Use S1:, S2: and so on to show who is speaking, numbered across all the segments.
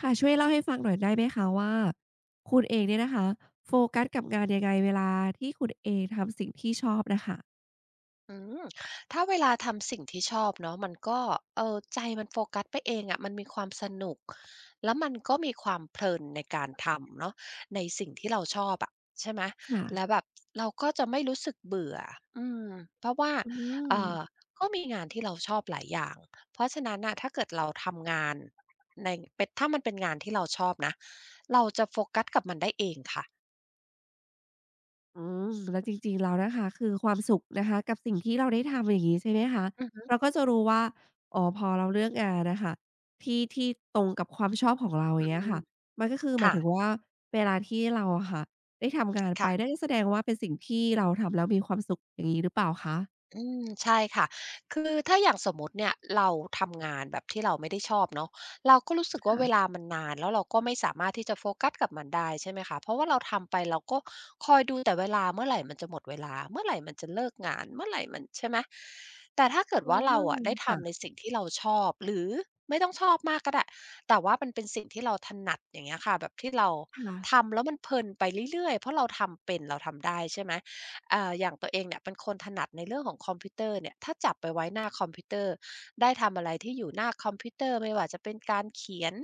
S1: ค่ะช่วยเล่าให้ฟังหน่อยได้ไหมคะว่าคุณเองเนี่ยนะคะโฟกัสกับงานยังไงเวลาที่คุณเองทำสิ่งที่ชอบน่ะค่ะ
S2: อืมถ้าเวลาทำสิ่งที่ชอบเนาะมันก็ใจมันโฟกัสไปเองอะมันมีความสนุกแล้วมันก็มีความเพลินในการทำเนาะในสิ่งที่เราชอบอะใช่ไหมแล้ว
S1: ค่ะ
S2: แบบเราก็จะไม่รู้สึกเบื่ออืมเพราะว่า
S1: อื
S2: เอ่อ
S1: ม
S2: ก็มีงานที่เราชอบหลายอย่างเพราะฉะนั้นน่ะถ้าเกิดเราทำงานในเป็นถ้ามันเป็นงานที่เราชอบนะเราจะโฟกัสกับมันได้เองค่ะ
S1: อืมแล้วจริงๆแล้วนะคะคือความสุขนะคะกับสิ่งที่เราได้ทำอย่างงี้ใช่ไหมคะ
S2: อือฮึ
S1: เราก็จะรู้ว่าอ๋อพอเราเลือกงานน่ะค่ะที่ที่ตรงกับความชอบของเราอย่างเงี้ยค่ะ
S2: ๆ
S1: มันก็คือหมายถึง
S2: ค่ะ
S1: ว่าเวลาที่เราอะค่ะได้ทำงานไปนั่น
S2: ค่ะ
S1: ก็แสดงว่าเป็นสิ่งที่เราทำแล้วมีความสุขอย่างงี้หรือเปล่าคะ
S2: อืมใช่ค่ะคือถ้าอย่างสมมุติเนี่ยเราทำงานแบบที่เราไม่ได้ชอบเนาะเราก็รู้สึกว่า
S1: ค่ะ
S2: เวลามันนานแล้วเราก็ไม่สามารถที่จะโฟกัสกับมันได้ใช่ไหมคะเพราะว่าเราทำไปเราก็คอยดูแต่เวลาเมื่อไหร่มันจะหมดเวลาเมื่อไหร่มันจะเลิกงานเมื่อไหร่มันใช่ไหมแต่ถ้าเกิ
S1: อ
S2: ด
S1: อ
S2: ว่าเราอะได้ทำใน
S1: ค่ะ
S2: สิ่งที่เราชอบหรือไม่ต้องชอบมากก็ได้แต่ว่ามันเป็นสิ่งที่เราถนัดอย่างเงี้ยค่ะแบบที่เรา
S1: ค่ะ
S2: ทำแล้วมันเพลินไปเรื่อยๆเพราะเราทำเป็นเราทำได้ใช่ไหม อย่างตัวเองเนี่ยเป็นคนถนัดในเรื่องของคอมพิวเตอร์เนี่ยถ้าจับไปไว้หน้าคอมพิวเตอร์ได้ทำอะไรที่อยู่หน้าคอมพิวเตอร์ไม่ว่าจะเป็นการเขียน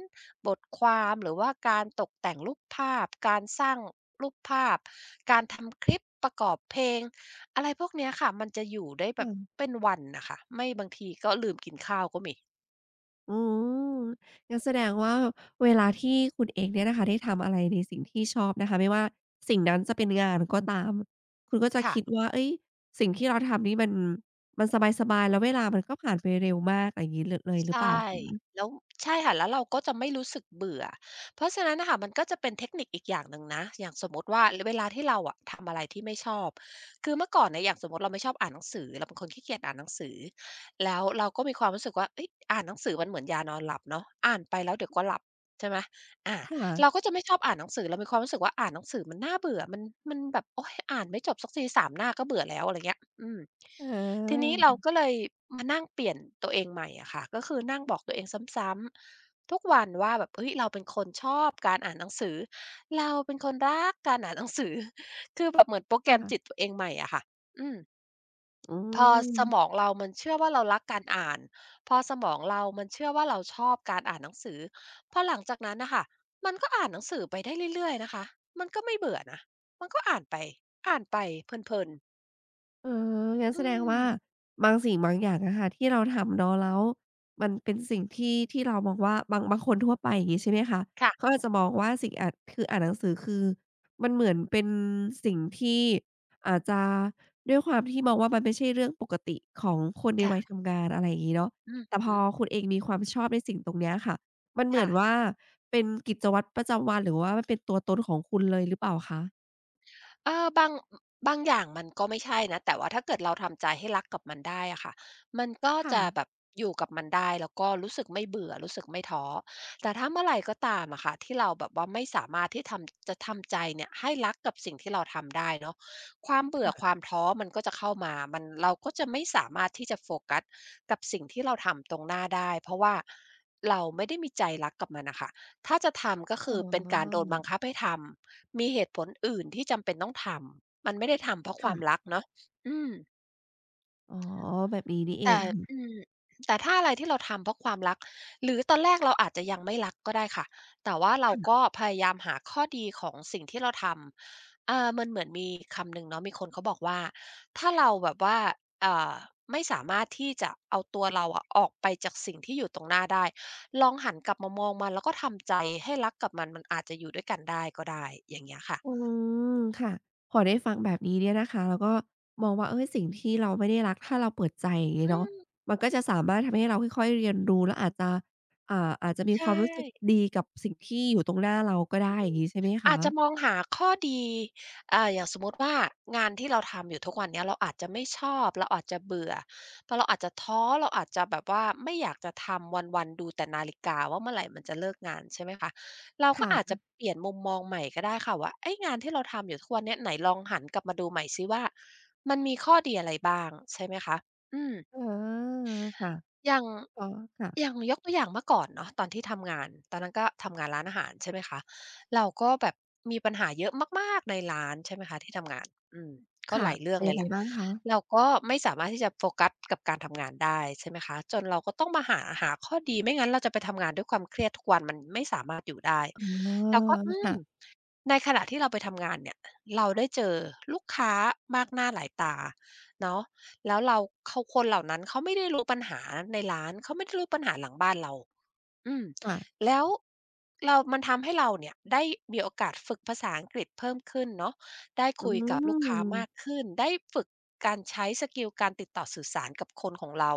S2: บทความหรือว่าการตกแต่งรูปภาพการสร้างรูปภาพ การทำคลิปประกอบเพลงอะไรพวกเนี้ยค่ะมันจะอยู่ได้แบบ
S1: ค่ะ
S2: เป็นวันนะคะไม่บางทีก็ลืมกินข้าวก็มี
S1: อ๋องั้นแสดงว่าเวลาที่คุณเองเนี่ยนะคะได้ทำอะไรในสิ่งที่ชอบนะคะไม่ว่าสิ่งนั้นจะเป็นงานก็ตามคุณก็จะ
S2: ค่ะ
S1: คิดว่าเฮ้ยสิ่งที่เราทำนี่มันสบายๆแล้วเวลามันก็ผ่านไปเร็วมากอะไรอย่างงี้เลยหรือเป
S2: ใช่
S1: ล่าคะ
S2: แล้วใช่ค่ะแล้วเราก็จะไม่รู้สึกเบื่อเพราะฉะนั้นน่ะค่ะมันก็จะเป็นเทคนิคอีกอย่างหนึ่งนะอย่างสมมุติว่าเวลาที่เราอะทำอะไรที่ไม่ชอบคือเมื่อก่อนเนี่ยอย่างสมมุติเราไม่ชอบอ่านหนังสือเราเป็นคนขี้เกียจอ่านหนังสือแล้วเราก็มีความรู้สึกว่าเฮ้ยอ่านหนังสือมันเหมือนยานอนหลับเนาะอ่านไปแล้วเดี๋ยวก็หลับใช่ไหมอา
S1: ค
S2: เราก็
S1: ่ะ
S2: จะไม่ชอบอ่านหนังสือเรามีความรู้สึกว่าอ่านหนังสือมันน่าเบื่อมันแบบโอ๊ยอ่านไม่จบสักทีสามหน้าก็เบื่อแล้วอะไรเงี้ยอืม
S1: เ
S2: ทีนี้
S1: ออ
S2: เราก็เลยมานั่งเปลี่ยนตัวเองใหม่อะค่ะก็คือนั่งบอกตัวเองซ้ำๆทุกวันว่าแบบเฮ้ยเราเป็นคนชอบการอ่านหนังสือเราเป็นคนรักการอ่านหนังสือ คือแบบเหมือนโปรแกรมจิต
S1: ค่ะ
S2: ตัวเองใหม่อะค่ะอืม
S1: อื
S2: พอสมอง
S1: ม
S2: เรามันเชื่อว่าเรารักการอ่านพอสมองเรามันเชื่อว่าเราชอบการอ่านหนังสือพอหลังจากนั้นนะค่ะมันก็อ่านหนังสือไปได้เรื่อยๆนะคะมันก็ไม่เบื่อนะมันก็อ่านไปอ่านไปเพลินๆ
S1: เอองั้น
S2: อื
S1: แสดง
S2: ม
S1: ว่าบางสิ่งบางอย่างอะค่ะที่เราทำเนาะแล้วมันเป็นสิ่งที่ที่เรามองว่าบางคนทั่วไปอย่างงี้ใช่ไหมคะเขา
S2: ค่ะ
S1: อาจจะมองว่าสิ่งอ่านคืออ่านหนังสือคือมันเหมือนเป็นสิ่งที่อาจจะด้วยความที่มองว่ามันไม่ใช่เรื่องปกติของคนในวัย
S2: ค่ะ
S1: ทำงานอะไรอย่างงี้เนาะ
S2: อื
S1: แต่พอ
S2: ม
S1: คุณเองมีความชอบในสิ่งตรงเนี้ยค่ะมันเหมือ
S2: ค่ะ
S1: นว่าเป็นกิจวัตรประจำวันหรือว่ามันเป็นตัวตนของคุณเลยหรือเปล่าคะ
S2: เออบางบางอย่างมันก็ไม่ใช่นะแต่ว่าถ้าเกิดเราทำใจให้รักกับมันได้อะค่ะมันก็จะ
S1: ค่ะ
S2: แบบอยู่กับมันได้แล้วก็รู้สึกไม่เบื่อรู้สึกไม่ท้อแต่ถ้าเมื่อไหรก็ตามอะค่ะที่เราแบบว่าไม่สามารถที่ทำจะทำใจเนี่ยให้รักกับสิ่งที่เราทำได้เนาะความเบื่อความท้อมันก็จะเข้ามามันเราก็จะไม่สามารถที่จะโฟกัสกับสิ่งที่เราทำตรงหน้าได้เพราะว่าเราไม่ได้มีใจรักกับมันน่ะค่ะถ้าจะทำก็
S1: อ๋
S2: คือเป็นการโด
S1: อ
S2: นบังคับให้ทำ มีเหตุผลอื่นที่จำเป็นต้องทำ มันไม่ได้ทำเพราะความรั
S1: ค่ะ
S2: กเนาะอืม
S1: อ๋อแบบนี้นี่เอง
S2: แต่อื
S1: ค่ะ
S2: มแต่ถ้าอะไรที่เราทำเพราะความรัก หรือตอนแรกเราอาจจะยังไม่รักก็ได้ค่ะแต่ว่าเราก็
S1: ค่ะ
S2: พยายามหาข้อดีของสิ่งที่เราทำมันเหมือนมีคำหนึ่งเนาะมีคนเขาบอกว่า ถ้าเราแบบว่าเอ่าไม่สามารถที่จะเอาตัวเราอะออกไปจากสิ่งที่อยู่ตรงหน้าได้ ลองหันกลับมามองมันแล้วก็ทำใจให้รักกับมันมันอาจจะอยู่ด้วยกันได้ก็ได้อย่างเงี้ยค่ะ
S1: อืมค่ะพอได้ฟังแบบนี้เนี่ยนะคะเราก็มองว่าเฮ้ยสิ่งที่เราไม่ได้รักถ้าเราเปิดใจอย่างงี้
S2: อื
S1: เนาะ
S2: ม
S1: มันก็จะสามารถทำให้เราค่อยๆเรียนรู้แลวอาจจะอ่าอาจจะมีค
S2: ใช่
S1: วามรู้สึกดีกับสิ่งที่อยู่ตรงหน้าเราก็ได้อย่างงี้ใช่ไหม
S2: อา
S1: คะ
S2: จจะมองหาข้อดีอย่างสมมุติว่างานที่เราทำอยู่ทุกวันเนี้ยเราอาจจะไม่ชอบเราอาจจะเบื่อ แต่เราอาจจะท้อเราอาจจะแบบว่าไม่อยากจะทำวันๆดูแต่นาฬิกาว่าเมื่อไหร่มันจะเลิกงานใช่ไหมคะเราก็อาจจะ
S1: ค่ะ
S2: เปลี่ยนมุมมองใหม่ก็ได้ค่ะว่าเอ๊ยงานที่เราทำอยู่ทุกวันเนี้ยไหนลองหันกลับมาดูใหม่ซิว่ามันมีข้อดีอะไรบ้างใช่ไหมคะอืม
S1: อาค่ะ
S2: อย่าง
S1: อ๋อ
S2: อย่า
S1: ค่ะ
S2: งยกตัวอย่างเมื่อก่อนเนาะตอนที่ทำงานตอนนั้นก็ทำงานร้านอาหารใช่ไหมคะเราก็แบบมีปัญหาเยอะมากๆในร้านใช่ไหมคะที่ทำงานอืมก็ห
S1: ค่ะ
S2: ลายเรื่อง
S1: เป็น
S2: เล
S1: ยั
S2: ย
S1: ง
S2: แห
S1: ไง
S2: ละ
S1: บ้างคะ
S2: เราก็ไม่สามารถที่จะโฟกัสกับการทำงานได้ใช่ไหมคะจนเราก็ต้องมาหาข้อดีไม่งั้นเราจะไปทำงานด้วยความเครียดทุกวันมันไม่สามารถอยู่ได้
S1: อ๋อ
S2: เราก็อืม
S1: ค่ะ
S2: ในขณะที่เราไปทำงานเนี่ยเราได้เจอลูกค้ามากหน้าหลายตาเนาะ แล้วเราเขาคนเหล่านั้นเขาไม่ได้รู้ปัญหาในร้านเขาไม่ได้รู้ปัญหาหลังบ้านเราอืม
S1: ค่ะ
S2: แล้วเรามันทำให้เราเนี่ยได้มีโอกาสฝึกภาษาอังกฤษเพิ่มขึ้นเนาะได้
S1: อื
S2: คุยกับลูกค้ามาก
S1: ม
S2: ขึ้นได้ฝึกการใช้สกิลการติดต่อสื่อสารกับคนของเรา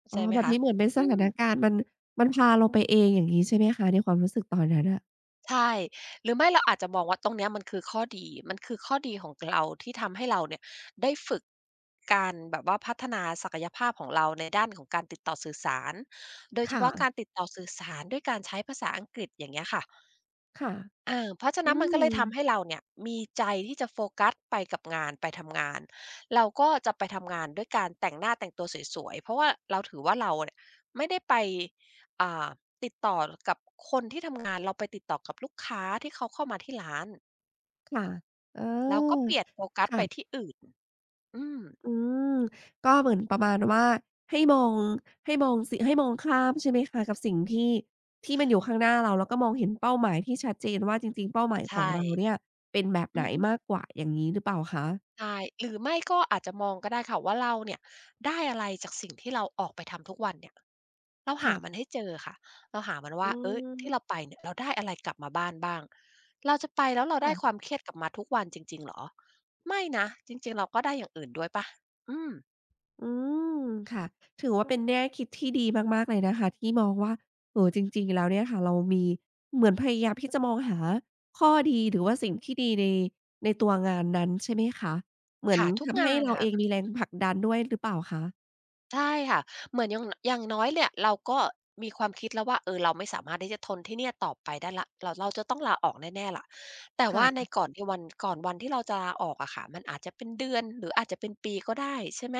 S2: เข้า
S1: อ๋
S2: ใจ
S1: อ
S2: ไหม
S1: แบบ
S2: คะ
S1: นี้เหมือนเป็นส
S2: อื
S1: ถา
S2: ม
S1: นการณ์มันพาเราไปเองอย่างงี้ใช่ไหมคะในความรู้สึกตอนนั้นอะ
S2: ใช่ หรือไม่เราอาจจะมองว่าตรงเนี้ยมันคือข้อดีมันคือข้อดีของเราที่ทำให้เราเนี่ยได้ฝึกการแบบว่าพัฒนาศักยภาพของเราในด้านของการติดต่อสื่อสารโดยเฉ
S1: ค่ะ
S2: พาะการติดต่อสื่อสารด้วยการใช้ภาษาอังกฤษอย่างเงี้ยค่ะ
S1: ค่ะ
S2: เออเพราะฉะ
S1: อื
S2: นั้นมันก็
S1: ม
S2: เลยทำให้เราเนี่ยมีใจที่จะโฟกัสไปกับงานไปทำงานเราก็จะไปทำงานด้วยการแต่งหน้าแต่งตัวสวยๆเพราะว่าเราถือว่าเราเนี่ยไม่ได้ไปอ่าติดต่อกับคนที่ทำงานเราไปติดต่อกับลูกค้าที่เขาเข้ามาที่ร้าน
S1: ค่ะเอ
S2: เราก็
S1: อ
S2: เปลี่ยนโฟกัสไปที่
S1: ค่ะ
S2: อื่นอืม
S1: อืมก็เหมือนประมาณว่าให้มองให้มองสิให้มองข้ามใช่ไหมคะกับสิ่งที่ที่มันอยู่ข้างหน้าเราแล้วก็มองเห็นเป้าหมายที่ชัดเจนว่าจริงๆเป้าหมายข
S2: ใช่
S1: องเราเนี่ยเป็นแบบ
S2: อื
S1: ไหน
S2: อฮึ
S1: มากกว่าอย่างงี้หรือเปล่าคะ
S2: ใช่หรือไม่ก็อาจจะมองก็ได้ค่ะว่าเราเนี่ยได้อะไรจากสิ่งที่เราออกไปทำทุกวันเนี่ยเราหามัน
S1: ค่ะ
S2: ให้เจอค่ะ เราหามัน
S1: อื
S2: ว่าเอ๊ยที่เราไป
S1: ม
S2: เนี่ยเราได้อะไรกลับมาบ้านบ้างเราจะไปแล้วเราได้ควา
S1: ค่ะ
S2: มเครียดกลับมาทุกวันจริงๆเหรอ ไม่นะจริงๆเราก็ได้อย่างอื่นด้วยเปล่าอืม
S1: อืมค่ะถือว่าเป็นแง่คิดที่ดีมากๆเลยนะคะที่มองว่าจริงๆแล้วเนี่ยค่ะเรามีเหมือนพยายามที่จะมองหาข้อดีหรือว่าสิ่งที่ดีในในตัวงานนั้นใช่ไหมคะเหมือน
S2: ค่ะทุก
S1: ทำให้
S2: งาน
S1: เรา
S2: ค่ะ
S1: เองมีแรงผลักดันด้วยหรือเปล่าคะ
S2: ใช่ค่ะเหมือนอย่างน้อยเนี่ยเราก็มีความคิดแล้วว่าเออเราไม่สามารถที่จะทนที่เนี่ยต่อไปได้แล้วเราจะต้องลาออกแน่ๆล่ะแต่ว่าใน
S1: ค่ะ
S2: ก่อนที่วันก่อนวันที่เราจะลาออกอะค่ะมันอาจจะเป็นเดือนหรืออาจจะเป็นปีก็ได้ใช่ไหม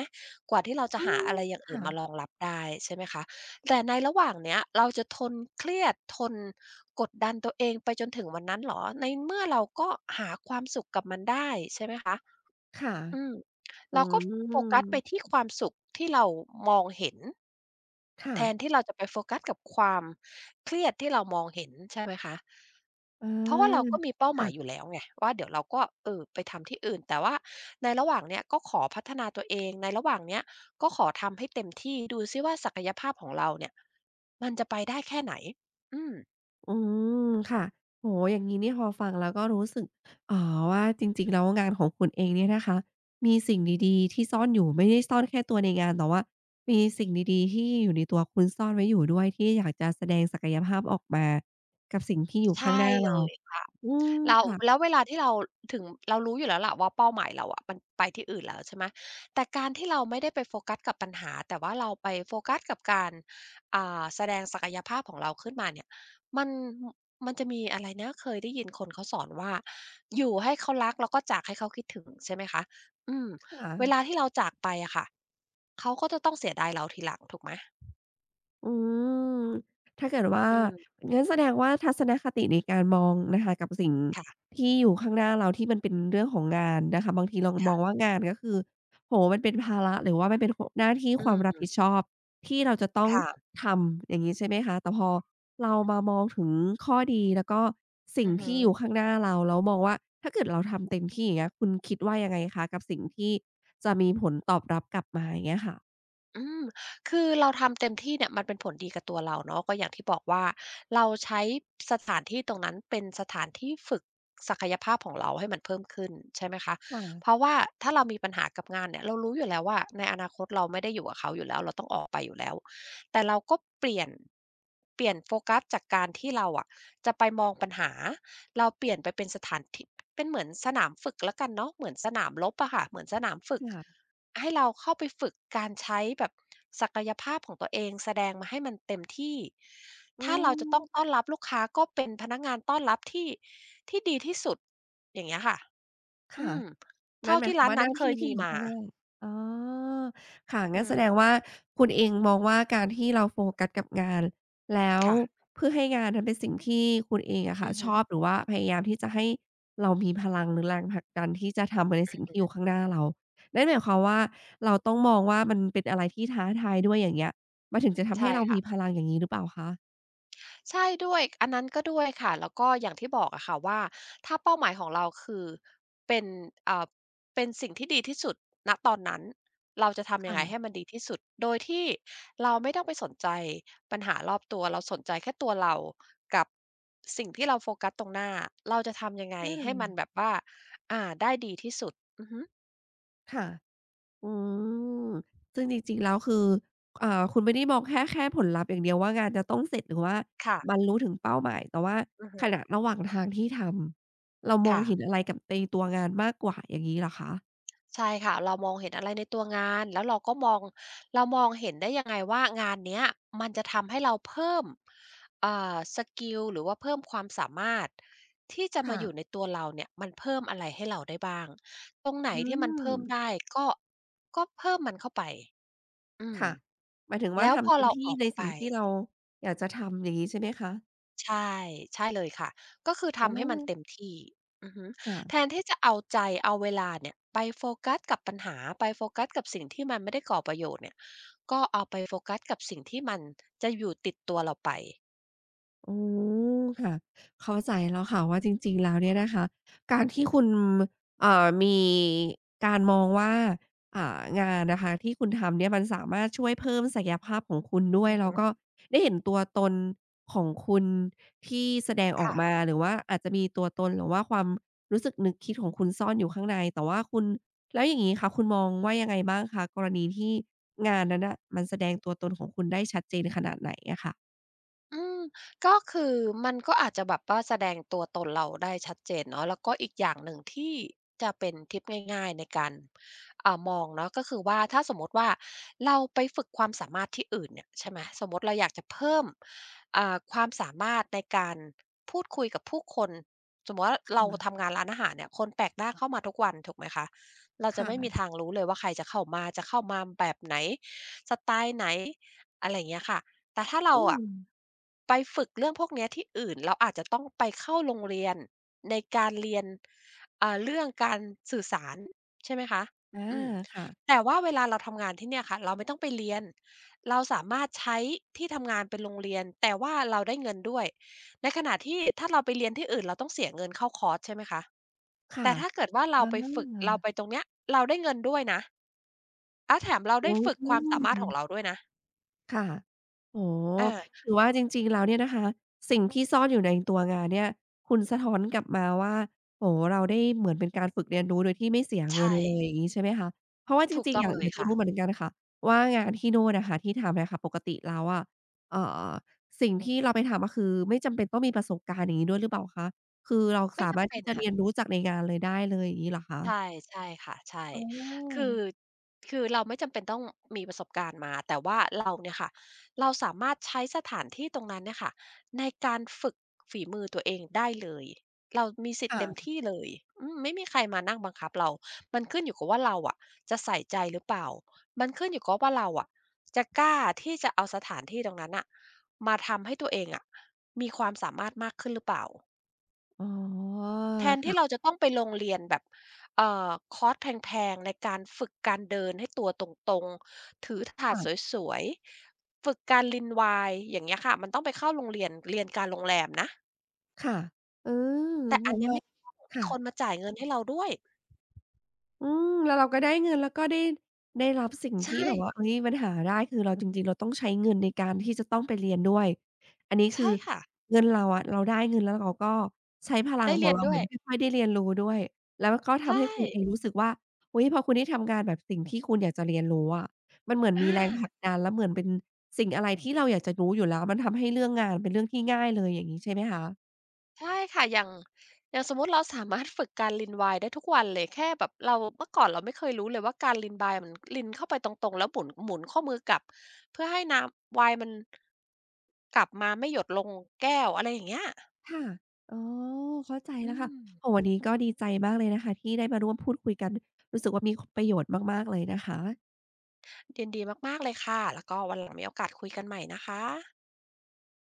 S2: กว่าที่เราจะ
S1: อื
S2: หา
S1: ม
S2: อะไรอย่างอื่น
S1: ค่ะ
S2: มารองรับได้ใช่ไหมคะแต่ในระหว่างเนี้ยเราจะทนเครียดทนกดดันตัวเองไปจนถึงวันนั้นเหรอในเมื่อเราก็หาความสุขกับมันได้ใช่ไหมคะ
S1: ค่ะ
S2: อืม
S1: อื
S2: เราก็โฟกัสไป
S1: ม
S2: ที่ความสุขที่เรามองเห็น
S1: ค่ะ
S2: แทนที่เราจะไปโฟกัสกับความเครียดที่เรามองเห็นใช่ไหมคะ
S1: อ
S2: เพราะว่าเราก็
S1: า
S2: มีเป้าหมายอยู่
S1: ค่ะ
S2: แล้วไงว่าเดี๋ยวเราก็เออไปทำที่อื่นแต่ว่าในระหว่างเนี้ยก็ขอพัฒนาตัวเองในระหว่างเนี้ยก็ขอทำให้เต็มที่ดูซิว่าศักยภาพของเราเนี่ยมันจะไปได้แค่ไหนอืม
S1: อืมค่ะโอ้โฮอย่างงี้นี่พอฟังแล้วก็รู้สึกอ๋อว่าจริงๆแล้วงานของคุณเองเนี่ยนะคะมีสิ่งดีๆที่ซ่อนอยู่ไม่ได้ซ่อนแค่ตัวในงานแต่ว่ามีสิ่งดีๆที่อยู่ในตัวคุณซ่อนไว้อยู่ด้วยที่อยากจะแสดงศักยภาพออกมากับสิ่งที่อยู่ข้าง
S2: ใช่
S1: หน้า
S2: เล
S1: เรา
S2: ยค่ะ
S1: อืม
S2: เราแล้
S1: ค่ะ
S2: วเวลาที่เราถึงเรารู้อยู่แล้วล่ะว่าเป้าหมายเราอะมันไปที่อื่นแล้วใช่ไหมแต่การที่เราไม่ได้ไปโฟกัสกับปัญหาแต่ว่าเราไปโฟกัสกับการแสดงศักยภาพของเราขึ้นมาเนี่ยมันมันจะมีอะไรนะเคยได้ยินคนเขาสอนว่าอยู่ให้เขารักแล้วก็จากให้เขาคิดถึงใช่ไหมคะอืม
S1: ค่ะ
S2: เวลาที่เราจากไปอะค่ะเขาก็จะต้องเสียดายเราทีหลังถูกไหม
S1: อืมถ้าเกิดว่า
S2: อืม
S1: งั้นแสดงว่าทัศนคติในการมองนะคะกับสิ่ง
S2: ค่ะ
S1: ที่อยู่ข้างหน้าเราที่มันเป็นเรื่องของงานนะคะบางทีเรามองว่า
S2: ค่ะ
S1: งานก็คือโอ้โฮมันเป็นภาระหรือว่ามันเป็นคหน้าที่
S2: อื
S1: ความรั
S2: ม
S1: บผิดชอบที่เราจะต้อง
S2: ค่ะ
S1: ทำอย่างงี้ใช่ไหมคะแต่พอเรามามองถึงข้อดีแล้วก็สิ่
S2: อื
S1: ง
S2: อฮึ
S1: ที่อยู่ข้างหน้าเราแล้วมองว่าถ้าเกิดเราทำเต็มที่อย่างเงี้ยคุณคิดว่ายังไงคะกับสิ่งที่จะมีผลตอบรับกลับมาอย่างเงี้ยค่ะ
S2: อืมคือเราทำเต็มที่เนี่ยมันเป็นผลดีกับตัวเราเนาะก็อย่างที่บอกว่าเราใช้สถานที่ตรงนั้นเป็นสถานที่ฝึกศักยภาพของเราให้มันเพิ่มขึ้นใช่ไหมคะ
S1: ค
S2: เพ
S1: ่ะ
S2: ราะว่าถ้าเรามีปัญหากับงานเนี่ยเรารู้อยู่แล้วว่าในอนาคตเราไม่ได้อยู่กับเขาอยู่แล้วเราต้องออกไปอยู่แล้วแต่เราก็เปลี่ยนโฟกัสจากการที่เราอะจะไปมองปัญหาเราเปลี่ยนไปเป็นสถานที่เป็นเหมือนสนามฝึกแล้วกันเนาะเหมือนสนามรบอะค่ะเหมือนสนามฝึก
S1: ค่ะ
S2: ให้เราเข้าไปฝึกการใช้แบบศักยภาพของตัวเองแสดงมาให้มันเต็มที่
S1: อื
S2: ถ้าเราจะต้องต้อ
S1: ม
S2: นรับลูกค้าก็เป็นพนักงานต้อนรับที่ดีที่สุดอย่างเงี้ยค่ะอื
S1: ค่ะ
S2: ม
S1: นั่
S2: เท่า
S1: นหมาย
S2: ที่
S1: ความ
S2: ร้าน
S1: ว่าห
S2: นั้น
S1: น้า
S2: เค
S1: ที่
S2: ย
S1: ที่
S2: มี
S1: อยู่
S2: มา
S1: ข้างหน้าอ๋อค่ะ
S2: อื
S1: งั้นแสดง
S2: ม
S1: ว่าคุณเองมองว่าการที่เราโฟกัสกับงานแล้ว
S2: ค่ะ
S1: เพื่อให้งานนั้นเป็นสิ่งที่คุณเองอะ
S2: อื
S1: ค่ะ
S2: อ
S1: ช
S2: ฮึ
S1: อบหรือว่าพยายามที่จะให้เรามีพลังหรือแรงผลักดันที่จะทำในสิ่ง
S2: อือ
S1: ที่อยู่ข้างหน้าเรานั่นหมายความว่าเราต้องมองว่ามันเป็นอะไรที่ท้าทายด้วยอย่างเงี้ยมันถึงจะทำ
S2: ใช่
S1: ให้เรา
S2: ค่ะ
S1: มีพลังอย่างงี้หรือเปล่าคะ
S2: ใช่ด้วยอันนั้นก็ด้วยค่ะแล้วก็อย่างที่บอกอะค่ะว่าถ้าเป้าหมายของเราคือเป็นเอ่าเป็นสิ่งที่ดีที่สุดณตอนนั้นเราจะทำยังไงให้
S1: ค่ะ
S2: มันดีที่สุดโดยที่เราไม่ต้องไปสนใจปัญหารอบตัวเราสนใจแค่ตัวเรากับสิ่งที่เราโฟกัสตรงหน้าเราจะทำยังไง
S1: เ
S2: ให้มัน
S1: ออ
S2: แบบว่าได้ดีที่อือฮึ
S1: ค่ะ อืมซึ่งจริงๆแล้วคือคุณไม่ได้มองแค่ผลลัพธ์อย่างเดียวว่างานจะต้องเสร็จหรือว่าบ
S2: ค่ะ
S1: รรลุถึงเป้าหมายแต่ว่า
S2: อือ
S1: ข
S2: ฮึ
S1: ณะระหว่างทางที่ทำเรามอง
S2: ค่ะ
S1: เห็นอะไรกับในตัวงานมากกว่าอย่างงี้เหรอคะ
S2: ใช่ค่ะเรามองเห็นอะไรในตัวงานแล้วเราก็มองเรามองเห็นได้ยังไงว่างานเนี้ยมันจะทำให้เราเพิ่มสกิลหรือว่าเพิ่มความสามารถที่จะมา
S1: ค่ะ
S2: อยู่ในตัวเราเนี่ยมันเพิ่มอะไรให้เราได้บ้างตรงไหน
S1: อื
S2: ที่มัน
S1: ม
S2: เพิ่มได้ก็ก็เพิ่มมันเข้าไปอืม
S1: ค่ะหมายถึงว่า
S2: แล้วพ
S1: ทำ
S2: อ
S1: เต็ม
S2: เรา
S1: ที่
S2: ออก
S1: ใน
S2: ไป
S1: สิ่งที่เราอยากจะทำอย่างงี้ใช่ไหมคะ
S2: ใช่ใช่เลยค่ะก็คือ
S1: อา
S2: ทำให้มันเต็มที่อือฮึ
S1: ค่ะ
S2: แทนที่จะเอาใจเอาเวลาเนี่ยไปโฟกัสกับปัญหาไปโฟกัสกับสิ่งที่มันไม่ได้ก่อประโยชน์เนี่ยก็เอาไปโฟกัสกับสิ่งที่มันจะอยู่ติดตัวเราไป
S1: อ๋อค่ะเข้าใจแล้วค่ะว่าจริงๆแล้วเนี่ยนะคะการที่คุณมีการมองว่างานนะคะที่คุณทำเนี่ยมันสามารถช่วยเพิ่มศักยภาพของคุณ
S2: อือ
S1: ด้วยแล้
S2: ฮึ
S1: วก็ได้เห็นตัวตนของคุณที่แสดงออก
S2: ค่ะ
S1: มาหรือว่าอาจจะมีตัวตนหรือว่าความรู้สึกนึกคิดของคุณซ่อนอยู่ข้างในแต่ว่าคุณแล้วอย่างงี้ค่ะคุณมองว่ายังไงบ้างคะกรณีที่งานนั้นน่ะมันแสดงตัวตนของคุณได้ชัดเจนขนาดไหนอะค่ะ
S2: อืมก็คือมันก็อาจจะแบบว่าแสดงตัวตนเราได้ชัดเจนเนาะแล้วก็อีกอย่างหนึ่งที่จะเป็นทิปง่ายๆในการมองเนาะก็คือว่าถ้าสมมุติว่าเราไปฝึกความสามารถที่อื่นเนี่ยใช่ไหมสมมุติเราอยากจะเพิ่มความสามารถในการพูดคุยกับผู้คนสมมุติว่า
S1: ค
S2: เรา
S1: ่ะ
S2: ทำงานร้านอาหารเนี่ยคนแปลกหน้าเข้ามาทุกวันถูกไหมคะเราจะ
S1: ค่ะ
S2: ไม่มีทางรู้เลยว่าใครจะเข้ามาจะเข้ามาแบบไหนสไตล์ไหนอะไรอย่างเงี้ยค่ะ แต่ถ้าเรา
S1: อื
S2: อะ
S1: ม
S2: ไปฝึกเรื่องพวกเนี้ยที่อื่นเราอาจจะต้องไปเข้าโรงเรียนในการเรียนเรื่องการสื่อสารใช่ไหมคะ
S1: อา
S2: อืม
S1: ค่ะ
S2: แต่ว่าเวลาเราทำงานที่เนี่ยค่ะเราไม่ต้องไปเรียนเราสามารถใช้ที่ทำงานเป็นโรงเรียนแต่ว่าเราได้เงินด้วยในขณะที่ถ้าเราไปเรียนที่อื่นเราต้องเสียเงินเข้าคอร์สใช่ไหมคะ
S1: ค่ะ
S2: แต่ถ้าเกิดว่า
S1: อ
S2: เราไปฝึกเรา
S1: า
S2: ไปตรงเนี้ยเราได้เงินด้วยนะแล้วแถมเราได้
S1: อื
S2: ฝึกความสามารถขอ
S1: ม
S2: งเราด้วยนะ
S1: ค่ะโอ้โฮ
S2: อา
S1: ถือว่าจริงๆแล้วเนี่ยนะคะสิ่งที่ซ่อนอยู่ในตัวงานเนี่ยคุณสะท้อนกลับมาว่าโอ้โฮเราได้เหมือนเป็นการฝึกเรียนรู้โดยที่ไม่เสียเงิ
S2: ใช่
S1: นเลยอย่างงี้ใช่ไหมคะ เพราะว่าจ
S2: ถูก
S1: ริง
S2: ต้
S1: ๆ
S2: องเล
S1: อ
S2: ย
S1: ยากจะ
S2: ค่ะ
S1: รู้เหมือนกันค่ะว่างานที่นู่นน่ะค่ะที่ทำเนี่ยค่ะปกติแล้วอะเอ่อสิ่งที่เราไปทำก็คือไม่จำเป็นต้องมีประสบการณ์อย่างงี้ด้วยหรือเปล่าคะคือเรา
S2: ไม่
S1: สามา
S2: จำ
S1: รถ
S2: เป็
S1: ที่
S2: น
S1: จะ
S2: ค่ะ
S1: เรียนรู้จากในงานเลยได้เลยอย่างงี้เหรอคะ
S2: ใช่ใช่ค่ะใช่
S1: อ๋
S2: คื
S1: อ
S2: อคือเราไม่จำเป็นต้องมีประสบการณ์มาแต่ว่าเราเนี่ยค่ะเราสามารถใช้สถานที่ตรงนั้นเนี่ยค่ะในการฝึกฝีมือตัวเองได้เลยเรามีสิทธิ์เต็ม
S1: ค่ะ
S2: ที่เลยอืมไม่มีใครมานั่งบังคับเรามันขึ้นอยู่กับว่าเราอะจะใส่ใจหรือเปล่ามันขึ้นอยู่กับว่าเราอะจะกล้าที่จะเอาสถานที่ตรงนั้นน่ะมาทำให้ตัวเองอะมีความสามารถมากขึ้นหรือเปล่า
S1: อ๋อ
S2: แทนที่เรา
S1: ค่ะ
S2: จะต้องไปลงเรียนแบบเอ่คอร์สแพงๆในการฝึกการเดินให้ตัวตรงๆถือถาด
S1: ค่ะ
S2: สวยๆฝึกการลินไวายอย่างเงี้ยค่ะมันต้องไปเข้าโรงเรียนเรียนการโรงแรมนะ
S1: ค่ะเออ
S2: แต่
S1: เพ
S2: อัน
S1: ราะ
S2: เนี้ย
S1: ว่า
S2: ไม่มี
S1: ค่ะ
S2: คนมาจ่ายเงินให้เราด้วย
S1: อืมแล้วเราก็ได้เงินแล้วก็ได้ได้รับสิ่งที่
S2: ใช่
S1: แบบว่าเฮ้ยมันหาได้คือเราจริงๆเราต้องใช้เงินในการที่จะต้องไปเรียนด้วยอันนี้คื
S2: ใช่
S1: อ
S2: ค่ะ
S1: เงินเราอะเราได้เงินแล้วเราก็ใช้พลัง
S2: ได้
S1: ขอ
S2: เรี
S1: ง
S2: ยน
S1: เรา
S2: ด้
S1: เห
S2: ว
S1: มื
S2: ย
S1: อนค่อยๆได้เรียนรู้ด้วยแล้วก็ทำ
S2: ใช่
S1: ให้คุณเองรู้สึกว่าอุ๊ยพอคุณได้ทำงานแบบสิ่งที่คุณอยากจะเรียนรู้อะมันเหมือนมีแรงผ
S2: อา
S1: ลักดันแล้วเหมือนเป็นสิ่งอะไรที่เราอยากจะรู้อยู่แล้วมันทำให้เรื่องงานเป็นเรื่องที่ง่ายเลยอย่างงี้ใช่ไหมคะ
S2: ใช่ค่ะอย่างอย่างสมมุติเราสามารถ ฝึกการรินไวน์ได้ทุกวันเลย แค่แบบเราเมื่อก่อนเราไม่เคยรู้เลยว่าการรินไวน์มันรินเข้าไปตรงๆแล้วหมุนหมุนข้อมือกลับเพื่อให้น้ำไวน์มันกลับมาไม่หยดลงแก้วอะไรอย่างเงี้ย
S1: ค่ะอ๋อเข้าใจ
S2: อื
S1: แล้วค่ะ
S2: ม
S1: โอ้โฮวันนี้ก็ดีใจมากเลยนะคะที่ได้มาร่วมพูดคุยกันรู้สึกว่ามีคประโยชน์มากๆเลยนะคะ
S2: ยินดีมากๆเลยค่ะ แล้วก็วันหลังมีโอกาสคุยกันใหม่นะคะ